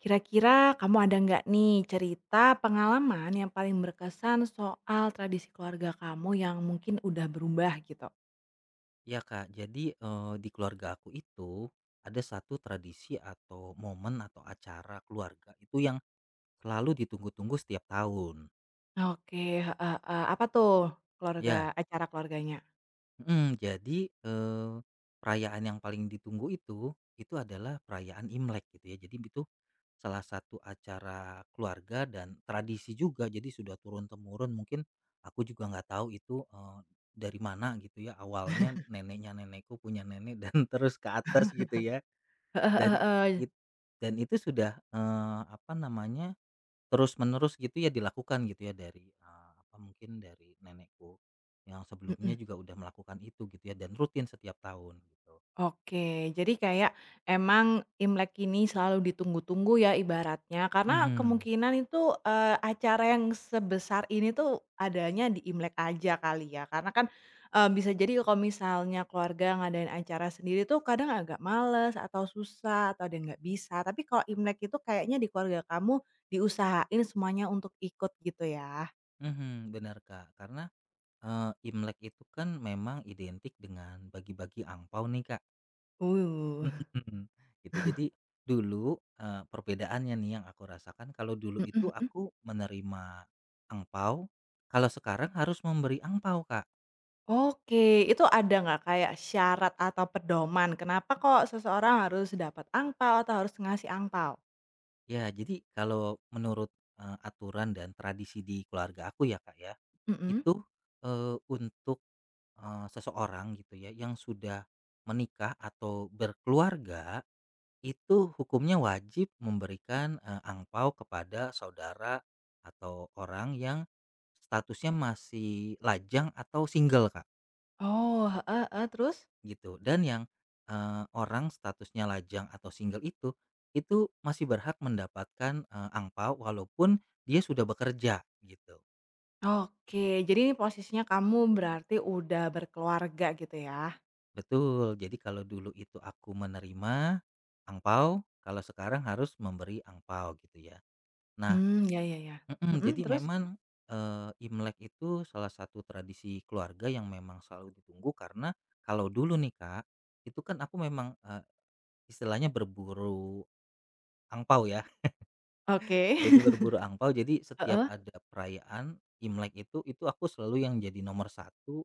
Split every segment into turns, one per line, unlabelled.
Kira-kira kamu ada nggak nih cerita pengalaman yang paling berkesan soal tradisi keluarga kamu yang mungkin udah berubah gitu?
Ya Kak, jadi di keluarga aku itu ada satu tradisi atau momen atau acara keluarga itu yang selalu ditunggu-tunggu setiap tahun.
Oke, heeh heeh. Apa tuh keluarga
Ya,
acara keluarganya?
jadi perayaan yang paling ditunggu itu adalah perayaan Imlek gitu ya. Jadi itu salah satu acara keluarga dan tradisi juga. Jadi sudah turun temurun, mungkin aku juga nggak tahu itu dari mana gitu ya, awalnya neneknya nenekku punya nenek dan terus ke atas gitu ya.
Heeh heeh
Dan
heeh.
it dan itu sudah, terus-menerus gitu ya dilakukan gitu ya dari, mungkin dari nenekku yang sebelumnya
Mhm.
juga udah melakukan itu gitu ya dan rutin setiap tahun gitu.
Oke, jadi kayak emang Imlek ini selalu ditunggu-tunggu ya ibaratnya, karena
Mhm,
kemungkinan itu, acara yang sebesar ini tuh adanya di Imlek aja kali ya, karena kan, bisa jadi kalau misalnya keluarga ngadain acara sendiri tuh kadang agak males atau susah atau ada yang nggak bisa, tapi kalau Imlek itu kayaknya di keluarga kamu diusahain semuanya untuk ikut gitu ya?
mhm, bener, Kak, karena, Imlek itu kan memang identik dengan bagi-bagi angpau nih, Kak.
Uh,
gitu. Jadi dulu, perbedaannya nih yang aku rasakan kalau dulu itu aku menerima angpau, kalau sekarang harus memberi angpau, Kak.
Oke, itu ada nggak kayak syarat atau pedoman kenapa kok seseorang harus dapat angpao atau harus ngasih angpao?
Ya, jadi kalau menurut, aturan dan tradisi di keluarga aku ya, Kak, ya,
Mhm.
itu, untuk, seseorang gitu ya yang sudah menikah atau berkeluarga, itu hukumnya wajib memberikan, angpao kepada saudara atau orang yang statusnya masih lajang atau single, Kak.
Oh, heeh heeh, terus?
Gitu, dan yang, orang statusnya lajang atau single itu masih berhak mendapatkan, angpao walaupun dia sudah bekerja, gitu.
Oke, jadi ini posisinya kamu berarti udah berkeluarga gitu ya?
Betul, jadi kalau dulu itu aku menerima angpau, kalau sekarang harus memberi angpau gitu ya. Nah,
Hmm, ya ya ya.
mhm,
Mhm,
jadi
terus?
memang, Imlek itu salah satu tradisi keluarga yang memang selalu ditunggu karena kalau dulu nih Kak, itu kan aku memang, istilahnya berburu angpau ya.
Oke.
Jadi berburu angpau. Jadi setiap ada perayaan Imlek itu aku selalu yang jadi nomor satu,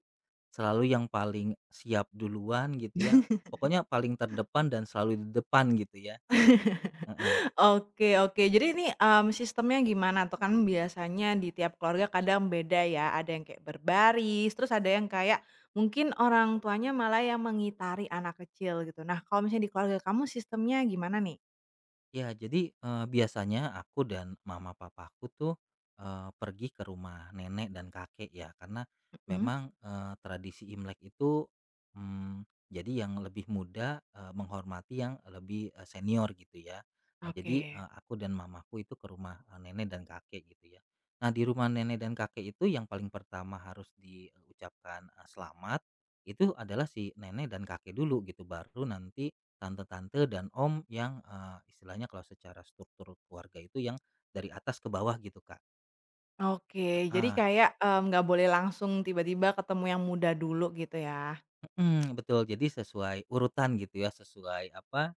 selalu yang paling siap duluan gitu ya, pokoknya paling terdepan dan selalu di depan gitu ya,
Heeh.
heeh.
Oke oke. Jadi ini, sistemnya gimana tuh? Kan biasanya di tiap keluarga kadang beda ya, ada yang kayak berbaris, terus ada yang kayak mungkin orang tuanya malah yang mengitari anak kecil gitu. Nah, kalau misalnya di keluarga kamu sistemnya gimana nih?
Ya, jadi, biasanya aku dan mama papaku tuh, pergi ke rumah nenek dan kakek ya, karena
Mhm.
memang, tradisi Imlek itu, jadi yang lebih muda, menghormati yang lebih, senior gitu ya. Nah, jadi,
Oke.
aku dan mamaku itu ke rumah, nenek dan kakek gitu ya. Nah, di rumah nenek dan kakek itu yang paling pertama harus diucapkan, selamat itu adalah si nenek dan kakek dulu gitu, baru nanti tante-tante dan om yang, istilahnya kalau secara struktur keluarga itu yang dari atas ke bawah gitu, Kak.
Oke. Jadi
ah
kayak, nggak boleh langsung tiba-tiba ketemu yang muda dulu gitu ya?
mhm, betul. Jadi sesuai urutan gitu ya, sesuai apa,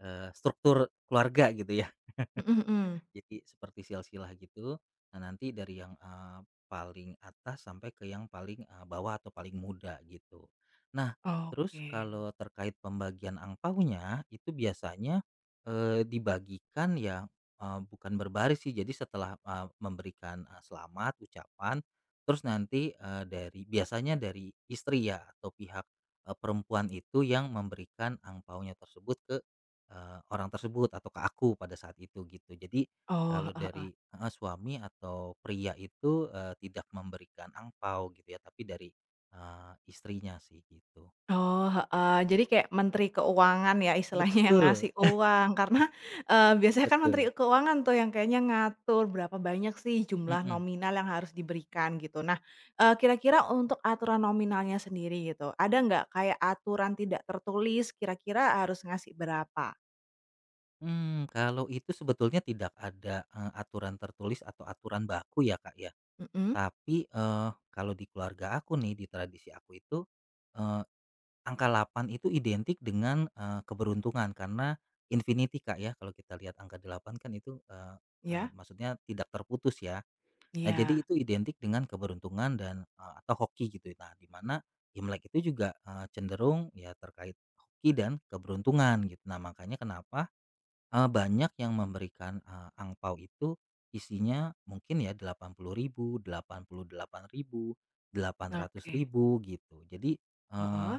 struktur keluarga gitu ya.
Mhm mhm.
Jadi seperti silsilah gitu. Nah, nanti dari yang, paling atas sampai ke yang paling, bawah atau paling muda gitu. Nah, terus
Oke.
kalau terkait pembagian angpaunya itu biasanya, dibagikan ya, bukan berbaris sih. Jadi setelah, memberikan, selamat ucapan, terus nanti, biasanya dari istri ya atau pihak, perempuan itu yang memberikan angpaunya tersebut ke, orang tersebut atau ke aku pada saat itu gitu. Jadi
Oh,
kalau
heeh.
dari heeh, suami atau pria itu, tidak memberikan angpau gitu ya, tapi dari, istrinya sih gitu.
Oh, heeh, jadi kayak menteri keuangan ya istilahnya yang
Betul,
ngasih uang karena, biasanya kan menteri
betul,
keuangan tuh yang kayaknya ngatur berapa banyak sih jumlah
mhm.
nominal yang harus diberikan gitu. Nah, kira-kira untuk aturan nominalnya sendiri gitu, ada nggak kayak aturan tidak tertulis kira-kira harus ngasih berapa?
Kalau itu sebetulnya tidak ada, aturan tertulis atau aturan baku ya, Kak, ya.
Mhm,
Tapi, kalau di keluarga aku nih, di tradisi aku itu, eee, angka 8 itu identik dengan, keberuntungan karena infinity, Kak, ya. Kalau kita lihat angka 8 kan itu, eee eee,
ya.
maksudnya tidak terputus ya. Nah, jadi
Iya,
itu identik dengan keberuntungan dan, atau hoki gitu. Nah, di mana Imlek itu juga, cenderung ya terkait hoki dan keberuntungan gitu. Nah, makanya kenapa, banyak yang memberikan, angpao itu isinya mungkin ya delapan, 80.000, 88.000, delapan ratus
oke,
ribu gitu. Jadi, eee,
heeh.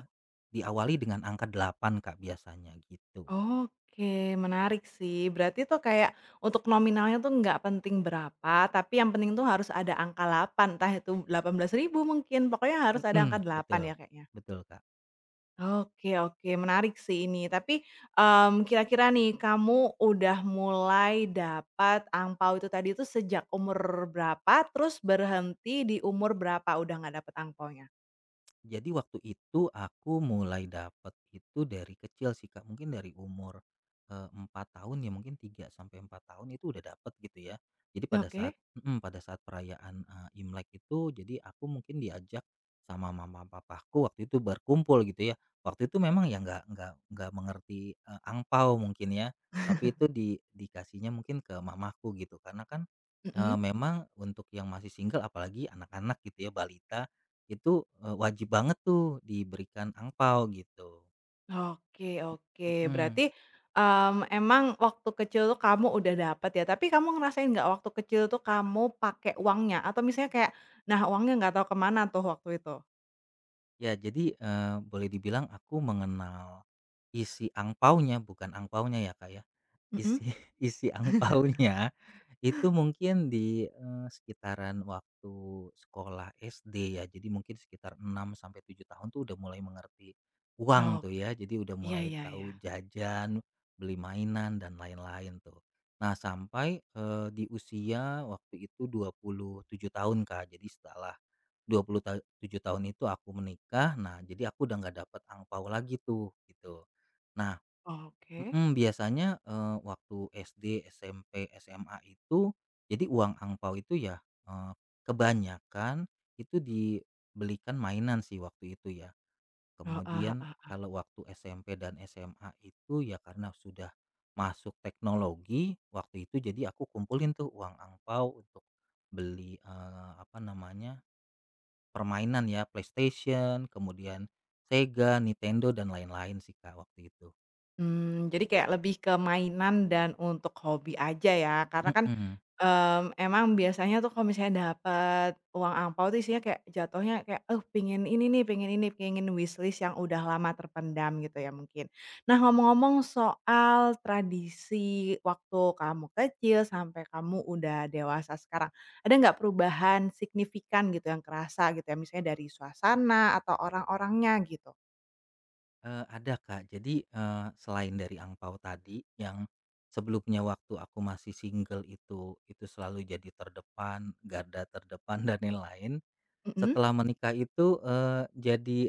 diawali dengan angka delapan, Kak, biasanya gitu.
Oke, menarik sih. Berarti tuh kayak untuk nominalnya tuh nggak penting berapa, tapi yang penting tuh harus ada angka 8, entah itu 18.000 mungkin, pokoknya harus ada angka
Mhm,
8
betul,
ya kayaknya.
betul Kak.
Oke oke, menarik sih ini. Tapi, kira-kira nih kamu udah mulai dapat angpao itu tadi itu sejak umur berapa? Terus berhenti di umur berapa udah nggak dapet angpaonya?
Jadi waktu itu aku mulai dapet itu dari kecil sih, Kak, mungkin dari umur, 4 tahun, ya mungkin 3 sampai 4 tahun itu udah dapet gitu ya. Jadi pada saat
Oke,
mhm, pada saat perayaan, Imlek itu jadi aku mungkin diajak sama mama papaku waktu itu berkumpul gitu ya. Waktu itu memang ya nggak mengerti, angpao mungkin ya, tapi itu dikasihnya mungkin ke mamaku gitu karena kan,
mhm.
memang untuk yang masih single apalagi anak-anak gitu ya, balita itu, wajib banget tuh diberikan angpao gitu,
Oke oke.
mhm.
Berarti, emang waktu kecil tuh kamu udah dapet ya, tapi kamu ngerasain nggak waktu kecil tuh kamu pakai uangnya? Atau misalnya kayak, nah uangnya nggak tahu kemana tuh waktu itu?
Ya jadi, boleh dibilang aku mengenal isi angpaonya, bukan angpaonya ya, Kak, ya,
Mhm.
isi isi angpaonya. Itu mungkin di, sekitaran waktu sekolah SD ya, jadi mungkin sekitar 6 sampai 7 tahun tuh udah mulai mengerti uang
Oh,
tuh ya, jadi udah
iya
mulai
iya iya.
tahu jajan, beli mainan dan lain-lain tuh. Nah sampai, di usia waktu itu 27 tahun, Kak, jadi setelah 20 7 tahun itu aku menikah, nah jadi aku udah nggak dapat angpau lagi tuh, gitu. Nah,
Oke.
Mhm, biasanya, waktu SD, SMP, SMA itu jadi uang angpau itu ya, kebanyakan itu dibelikan mainan sih waktu itu ya.
Heeh heeh
Kemudian
heeh.
kalau waktu SMP dan SMA itu ya karena sudah masuk teknologi, waktu itu jadi aku kumpulin tuh uang angpau untuk beli, permainan ya, PlayStation, kemudian Sega, Nintendo, dan lain-lain sih, Kak, waktu itu.
Jadi kayak lebih ke mainan dan untuk hobi aja ya, karena kan,
Mhm.
emang biasanya tuh kalau misalnya dapet uang angpao tuh isinya kayak jatuhnya kayak, pengen ini nih, pengen ini," pengen wishlist yang udah lama terpendam gitu ya mungkin. Nah ngomong-ngomong soal tradisi waktu kamu kecil sampai kamu udah dewasa sekarang, ada nggak perubahan signifikan gitu yang kerasa gitu ya, misalnya dari suasana atau orang-orangnya gitu?
Ada, Kak. Jadi, selain dari angpao tadi yang sebelumnya waktu aku masih single itu selalu jadi terdepan, garda terdepan dan lain-lain,
Mhm.
setelah menikah itu, jadi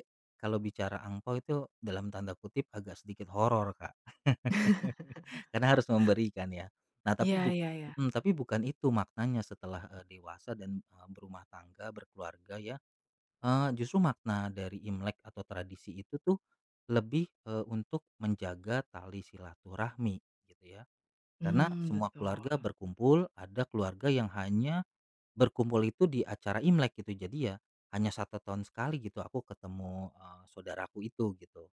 kalau bicara angpao itu dalam tanda kutip agak sedikit horor, Kak. Karena harus memberikan ya. Nah, tapi
Iya
buk
iya iya.
mhm, tapi bukan itu maknanya setelah, dewasa dan, berumah tangga, berkeluarga ya. Justru makna dari Imlek atau tradisi itu tuh lebih, untuk menjaga tali silaturahmi gitu ya. Karena
Mmm,
semua keluarga
betul.
berkumpul, ada keluarga yang hanya berkumpul itu di acara Imlek gitu. Jadi ya hanya satu tahun sekali gitu aku ketemu, saudaraku itu gitu.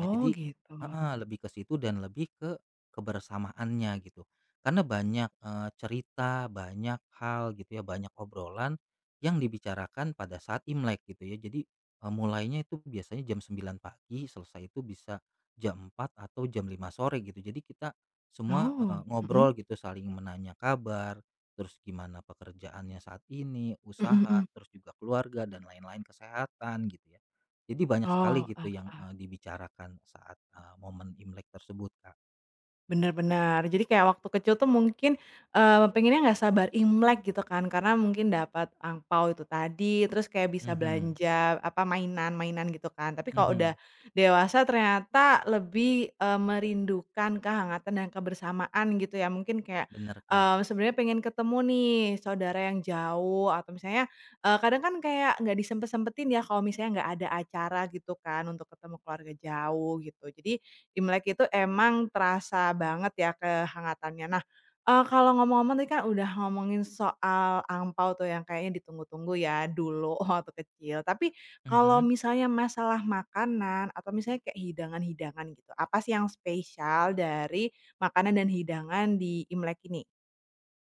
Nah
Oh,
jadi
gitu.
heeh, lebih ke situ dan lebih ke kebersamaannya gitu. Karena banyak, cerita, banyak hal gitu ya, banyak obrolan yang dibicarakan pada saat Imlek gitu ya. Jadi, mulainya itu biasanya jam 9 pagi, selesai itu bisa jam 4 atau jam 5 sore gitu. Jadi kita semua,
Oh, mhm,
ngobrol gitu, saling menanya kabar, terus gimana pekerjaannya saat ini,
mhm
usaha,
mhm.
terus juga keluarga dan lain-lain, kesehatan gitu ya. Jadi banyak sekali
Oh,
gitu yang, dibicarakan saat, momen Imlek tersebut, Kak.
bener bener. Jadi kayak waktu kecil tuh mungkin, pengennya nggak sabar Imlek gitu kan, karena mungkin dapat angpao itu tadi, terus kayak bisa
Mhm,
belanja, apa, mainan-mainan gitu kan. Tapi kalau udah
mhm.
dewasa ternyata lebih, merindukan kehangatan dan kebersamaan gitu ya. Mungkin kayak,
Bener, Kak.
sebenarnya pengen ketemu nih saudara yang jauh atau misalnya, kadang kan kayak nggak disempet-sempetin ya kalau misalnya nggak ada acara gitu kan untuk ketemu keluarga jauh gitu. Jadi, Imlek itu emang terasa banget ya kehangatannya. Nah, kalau ngomong-ngomong tadi kan udah ngomongin soal angpao tuh yang kayaknya ditunggu-tunggu ya dulu waktu kecil. Tapi kalau
Mhm.
misalnya masalah makanan atau misalnya kayak hidangan-hidangan gitu, apa sih yang spesial dari makanan dan hidangan di Imlek ini?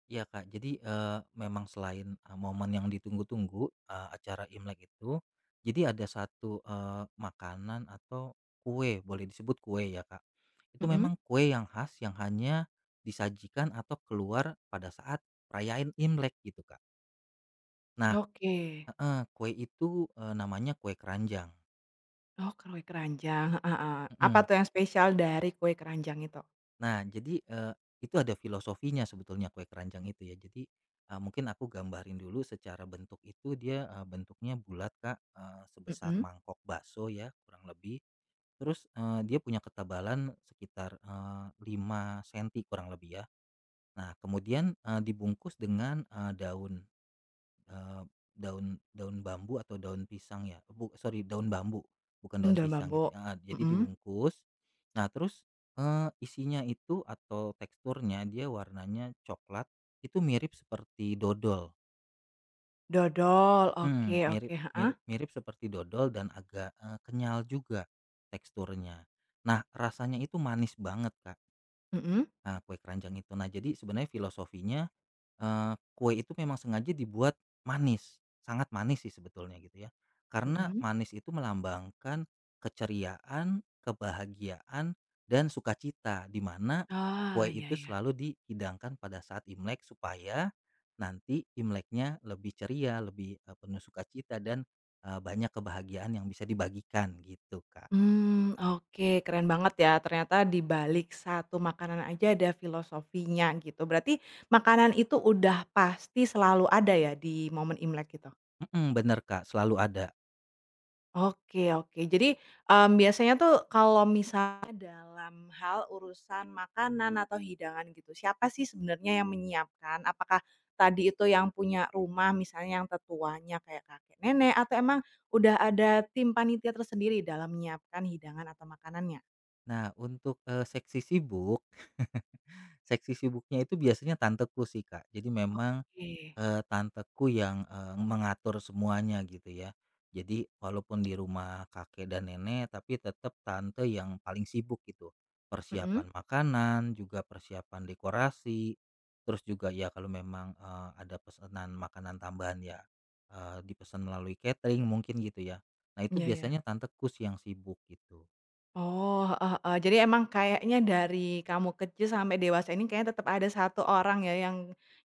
Iya, Kak. Jadi, memang selain, momen yang ditunggu-tunggu, acara Imlek itu, jadi ada satu, makanan atau kue, boleh disebut kue ya, Kak. Itu
Mhm.
memang kue yang khas yang hanya disajikan atau keluar pada saat perayaan Imlek gitu, Kak. Nah
Oke.
heeh, kue itu, namanya kue keranjang.
Oh, kue keranjang, heeh heeh. Apa
Mhm.
tuh yang spesial dari kue keranjang itu?
Nah, jadi, itu ada filosofinya sebetulnya kue keranjang itu ya. Jadi, mungkin aku gambarin dulu secara bentuk itu dia, bentuknya bulat, Kak, sebesar
Mhm.
mangkok bakso ya kurang lebih. Terus, dia punya ketebalan sekitar, 5 senti kurang lebih ya. Nah kemudian, dibungkus dengan, Eee, daun bambu atau daun pisang ya, sorry, daun bambu, bukan
Mmm,
daun
daun
pisang gitu
bambu.
heeh, jadi
Mhm.
dibungkus. Nah terus, isinya itu atau teksturnya dia warnanya coklat, itu mirip seperti dodol,
Dodol,
mhm,
oke
mirip
oke, heeh.
mirip mirip seperti dodol dan agak, kenyal juga teksturnya. Nah rasanya itu manis banget, Kak,
Mhm
kue keranjang itu. Nah jadi sebenarnya filosofinya, kue itu memang sengaja dibuat manis, sangat manis sih sebetulnya gitu ya. Karena
mhm.
manis itu melambangkan keceriaan, kebahagiaan, dan sukacita, di mana
Oh,
kue
iya
itu
iya.
selalu dihidangkan pada saat Imlek supaya nanti Imleknya lebih ceria, lebih, penuh sukacita dan, banyak kebahagiaan yang bisa dibagikan gitu, Kak.
Oke keren banget ya ternyata di balik satu makanan aja ada filosofinya gitu berarti makanan itu udah pasti selalu ada ya di momen Imlek itu?
Mhm, bener, Kak, selalu ada.
Oke oke. Jadi, biasanya tuh kalau misalnya dalam hal urusan makanan atau hidangan gitu, siapa sih sebenarnya yang menyiapkan? Apakah tadi itu yang punya rumah misalnya yang tetuanya kayak kakek nenek atau emang udah ada tim panitia tersendiri dalam menyiapkan hidangan atau makanannya?
Nah untuk, seksi sibuknya itu biasanya tanteku sih, Kak. Jadi memang,
Oke.
Tanteku yang, mengatur semuanya gitu ya. Jadi walaupun di rumah kakek dan nenek tapi tetap tante yang paling sibuk gitu.
Mhm,
Persiapan makanan, juga persiapan dekorasi, terus juga ya kalau memang, ada pesanan makanan tambahan ya, dipesan melalui catering mungkin gitu ya. Nah itu
iya iya.
biasanya tanteku sih yang sibuk gitu.
Oh, heeh heeh. Jadi emang kayaknya dari kamu kecil sampai dewasa ini kayaknya tetap ada satu orang ya yang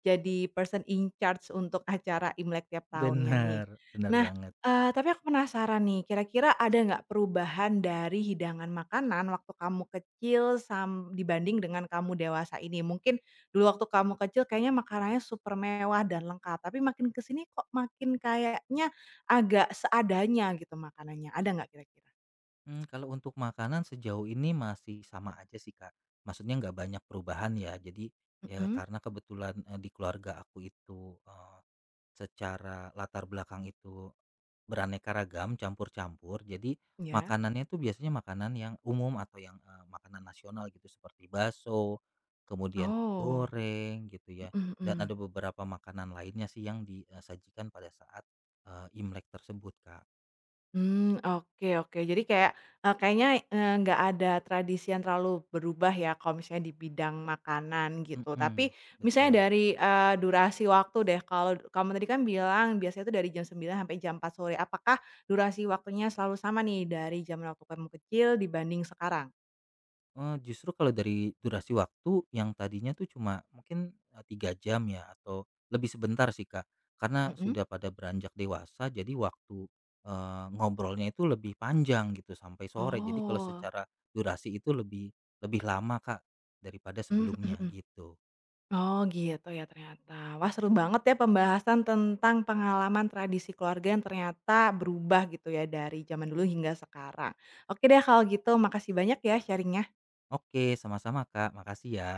jadi person in charge untuk acara Imlek tiap tahunnya nih.
Benar, benar
Nah,
banget.
tapi aku penasaran nih, kira-kira ada nggak perubahan dari hidangan makanan waktu kamu kecil dibanding dengan kamu dewasa ini? Mungkin dulu waktu kamu kecil kayaknya makanannya super mewah dan lengkap, tapi makin kesini kok makin kayaknya agak seadanya gitu makanannya. Ada nggak kira-kira?
Kalau untuk makanan sejauh ini masih sama aja sih, Kak. Maksudnya nggak banyak perubahan ya. Jadi, ya
Mhm,
karena kebetulan, di keluarga aku itu, secara latar belakang itu beraneka ragam, campur-campur. Jadi,
iya.
makanannya itu biasanya makanan yang umum atau yang, makanan nasional gitu seperti bakso, kemudian
Oh,
goreng gitu ya,
mhm
dan
mhm.
ada beberapa makanan lainnya sih yang disajikan pada saat, Imlek tersebut, Kak.
Oke oke. Jadi kayak, kayaknya, nggak ada tradisi yang terlalu berubah ya kalau misalnya di bidang makanan gitu.
Mhm,
Tapi misalnya
betul.
dari, durasi waktu deh, kalau kamu tadi kan bilang biasanya itu dari jam 9 sampai jam 4 sore. Apakah durasi waktunya selalu sama nih dari zaman waktu kamu kecil dibanding sekarang?
Justru kalau dari durasi waktu yang tadinya tuh cuma mungkin, 3 jam ya atau lebih sebentar sih, Kak. Karena
Mhm?
sudah pada beranjak dewasa jadi waktu, ngobrolnya itu lebih panjang gitu sampai sore. Jadi kalau
Oh.
secara durasi itu lebih lebih lama, Kak, daripada sebelumnya gitu.
Oh gitu ya ternyata. Wah seru banget ya pembahasan tentang pengalaman tradisi keluarga yang ternyata berubah gitu ya dari zaman dulu hingga sekarang. Oke deh kalau gitu makasih banyak ya sharingnya.
Oke, sama-sama, Kak, makasih ya.